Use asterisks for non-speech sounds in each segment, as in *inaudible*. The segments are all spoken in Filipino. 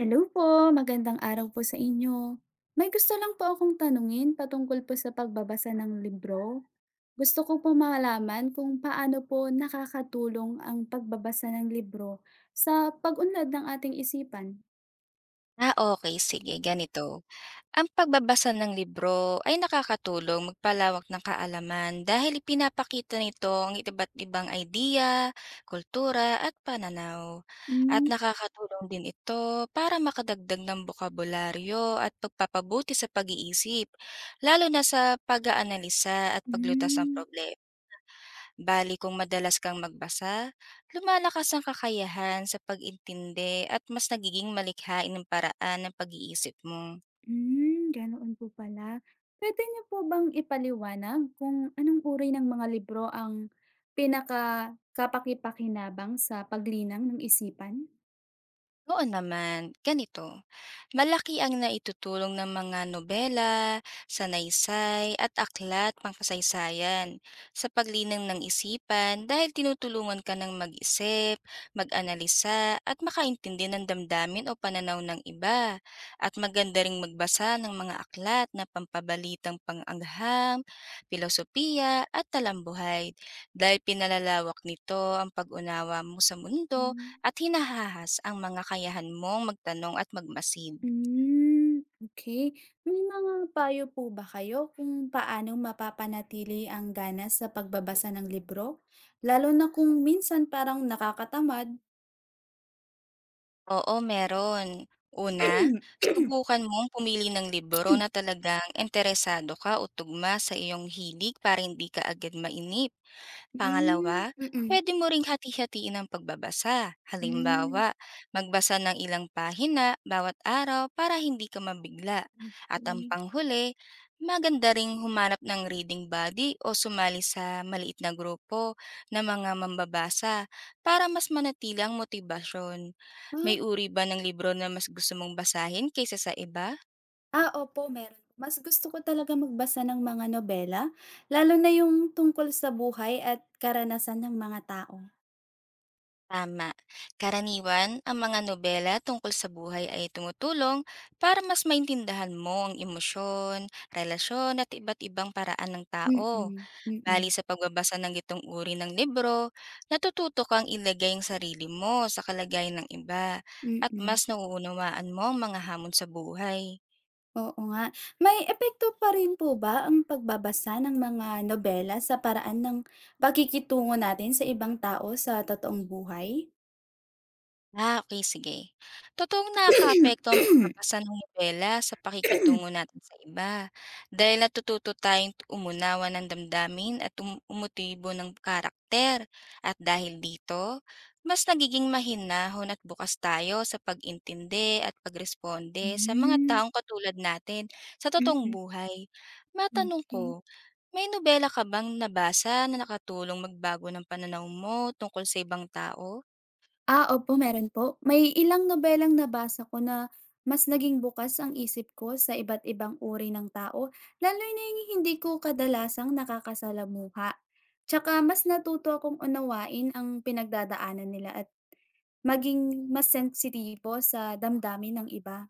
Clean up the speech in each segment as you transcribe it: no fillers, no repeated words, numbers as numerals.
Hello po, magandang araw po sa inyo. May gusto lang po akong tanungin patungkol po sa pagbabasa ng libro. Gusto ko po malaman kung paano po nakakatulong ang pagbabasa ng libro sa pag-unlad ng ating isipan. Okey sige ganito. Ang pagbabasa ng libro ay nakakatulong magpalawak ng kaalaman dahil ipinapakita nito ang iba't ibang idea, kultura at pananaw. At Hmm, nakakatulong din ito para makadagdag ng bokabularyo at pagpapabuti sa pag-iisip, lalo na sa pag-aanalisa at paglutas ng hmm, problema. Bali kung madalas kang magbasa, lumalakas ang kakayahan sa pag-intindi at mas nagiging malikhain ang paraan ng pag-iisip mo. hmm, ganoon po pala. Pwede niyo po bang ipaliwanag kung anong uri ng mga libro ang pinaka kapakipakinabang sa paglinang ng isipan? Oo naman, ganito. Malaki ang naitutulong ng mga nobela, sanaysay at aklat pangkasaysayan sa paglinang ng isipan dahil tinutulungan ka ng mag-isip, mag-analisa at makaintindi ng damdamin o pananaw ng iba. At maganda ring magbasa ng mga aklat na pampabalitang pangangham, filosofiya at talambuhay dahil pinalalawak nito ang pag-unawa mo sa mundo Hmm. at hinahahas ang mga kayahan mong magtanong at magmasid. Hmm, okay. May mga payo po ba kayo kung paano mapapanatili ang gana sa pagbabasa ng libro? Lalo na kung minsan parang nakakatamad? Oo, meron. Una, *clears throat* subukan mong pumili ng libro na talagang interesado ka o tugma sa iyong hilig para hindi ka agad mainip. Hmm, Pangalawa, mm. pwede mo ring hati-hatiin ang pagbabasa. Hmm, Halimbawa, magbasa ng ilang pahina bawat araw para hindi ka mabigla. At ang okey. panghuli, maganda ring humanap ng reading buddy o sumali sa maliit na grupo na mga mambabasa para mas manatili ang motibasyon. Ah, May uri ba ng libro na mas gusto mong basahin kaysa sa iba? ah, opo meron. Mas gusto ko talaga magbasa ng mga nobela, lalo na yung tungkol sa buhay at karanasan ng mga tao. Tama. Karaniwan, ang mga nobela tungkol sa buhay ay tumutulong para mas maintindahan mo ang emosyon, relasyon at iba't ibang paraan ng tao. Mm, Bali mm, sa pagbabasa ng itong uri ng libro, natututo kang ilagay ang sarili mo sa kalagayan ng iba at mm. mas nauunawaan mo ang mga hamon sa buhay. Oo nga. May epekto pa rin po ba ang pagbabasa ng mga nobela sa paraan ng pakikitungo natin sa ibang tao sa totoong buhay? Okay sige. Totoong nakakaapekto ang *coughs* pagbabasa ng nobela sa pakikitungo natin sa iba, dahil natututo tayong umunawa ng damdamin at umotibo ng karakter at dahil dito, mas nagiging mahinahon at bukas tayo sa pag-intindi at pagresponde sa mga Hmm, taong katulad natin sa totoong mm, buhay. Matanong okey. ko, may nobela ka bang nabasa na nakatulong magbago ng pananaw mo tungkol sa ibang tao? Ah, opo meron po. May ilang nobelang nabasa ko na mas naging bukas ang isip ko sa iba't ibang uri ng tao, lalo na yung hindi ko kadalasang nakakasalamuha. Tsaka mas natuto akong unawain ang pinagdadaanan nila at maging mas sensitibo sa damdamin ng iba.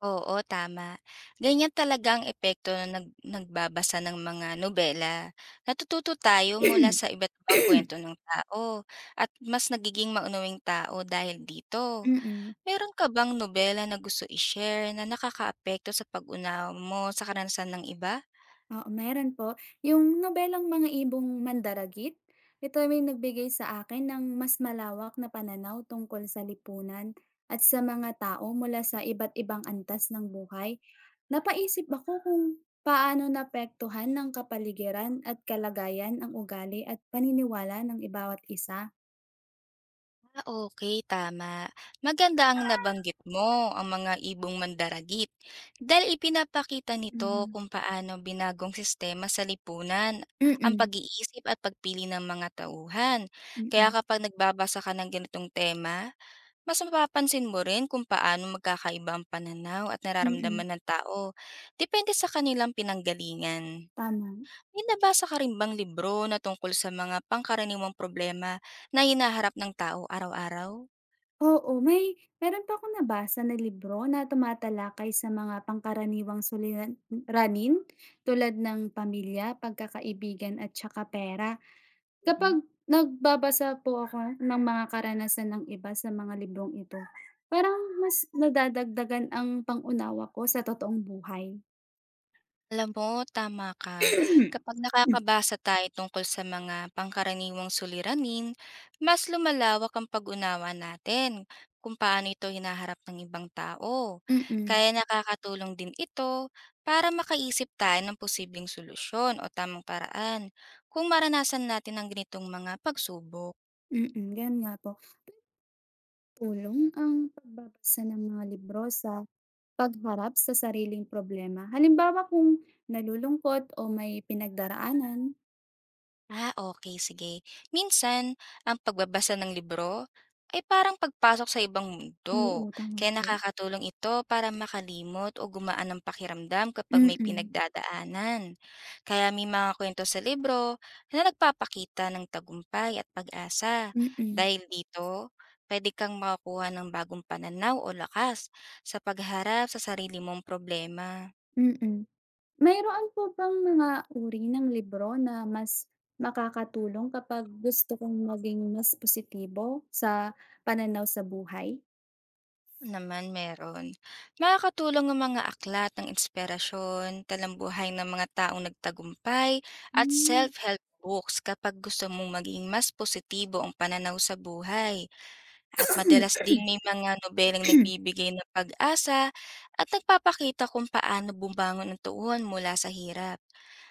Oo, tama. Ganyan talaga ang epekto ng nagbabasa ng mga nobela. Natututo *coughs* tayo mula sa iba't ibang kwento *clears throat* ng tao at mas nagiging maunawing tao dahil dito. Mm, Meron ka bang nobela na gusto i-share na nakakaapekto sa pag-unawa mo sa karanasan ng iba? oo meron po. Yung nobelang Mga Ibong Mandaragit, ito ay may nagbigay sa akin ng mas malawak na pananaw tungkol sa lipunan at sa mga tao mula sa iba't ibang antas ng buhay. Napaisip ako kung paano naapektuhan ng kapaligiran at kalagayan ang ugali at paniniwala ng ibawat isa. Ah, okay, tama. Maganda ang nabanggit mo, ang mga ibong mandaragit, dahil ipinapakita nito Hmm, kung paano binagong sistema sa lipunan ang mm, pag-iisip at pagpili ng mga tauhan. Kaya mm, kapag nagbabasa ka ng ganitong tema, mas mapapansin mo rin kung paano magkakaiba ang pananaw at mm, nararamdaman ng tao, depende sa kanilang pinanggalingan. tama. May nabasa ka rin bang libro na tungkol sa mga pangkaraniwang problema na hinaharap ng tao araw-araw? Oo, may meron pa akong nabasa na libro na tumatalakay sa mga pangkaraniwang suliranin tulad ng pamilya, pagkakaibigan at saka pera. Mm. Kapag nagbabasa po ako ng mga karanasan ng iba sa mga librong ito, parang mas nadadagdagan ang pangunawa ko sa totoong buhay. Alam mo tama ka. *clears throat* Kapag nakakabasa tayo tungkol sa mga pangkaraniwang suliranin, mas lumalawak ang pag-unawa natin kung paano ito hinaharap ng ibang tao. Mm, mm, Kaya nakakatulong din ito para makaisip tayo ng posibleng solusyon o tamang paraan kung maranasan natin ang ganitong mga pagsubok. mm, ganun nga po. Tulong ang pagbabasa ng mga libro sa pagharap sa sariling problema, halimbawa kung nalulungkot o may pinagdaraanan. Okay, sige. Minsan, ang pagbabasa ng libro ay parang pagpasok sa ibang Oo, mundo, tama kaya po. nakakatulong ito para makalimot o gumaan ang pakiramdam kapag may Mm, pinagdadaanan. Kaya may mga kwento sa libro na nagpapakita ng tagumpay at pag-asa. mm, Dahil dito, puwede kang makakuha ng bagong pananaw o lakas sa pagharap sa sarili mong problema. mm. Mayroon po bang mga uri ng libro na mas makakatulong kapag gusto kong maging mas positibo sa pananaw sa buhay? Naman meron. Makakatulong ang mga aklat ng inspirasyon, talambuhay ng mga taong nagtagumpay, at Hmm. self-help books kapag gusto mong maging mas positibo ang pananaw sa buhay. At madalas ding may mga nobelang *clears throat* nagbibigay ng pag-asa at nagpapakita kung paano bumangon ang tuon mula sa hirap.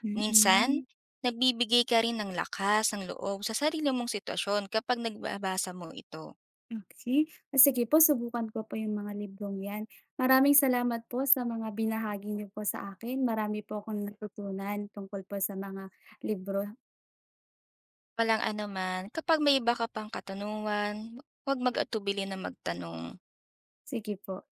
Mm. Minsan, nagbibigay ka rin ng lakas ng loob sa sarili mong sitwasyon kapag nagbabasa mo ito. Okay. Ah, sige po subukan ko po yung mga librong 'yan. Maraming salamat po sa mga binahagi niyo po sa akin. Marami po akong natutunan tungkol po sa mga libro. Walang anuman. Kapag may iba ka pang katanungan, huwag mag-atubili na magtanong. Sige po.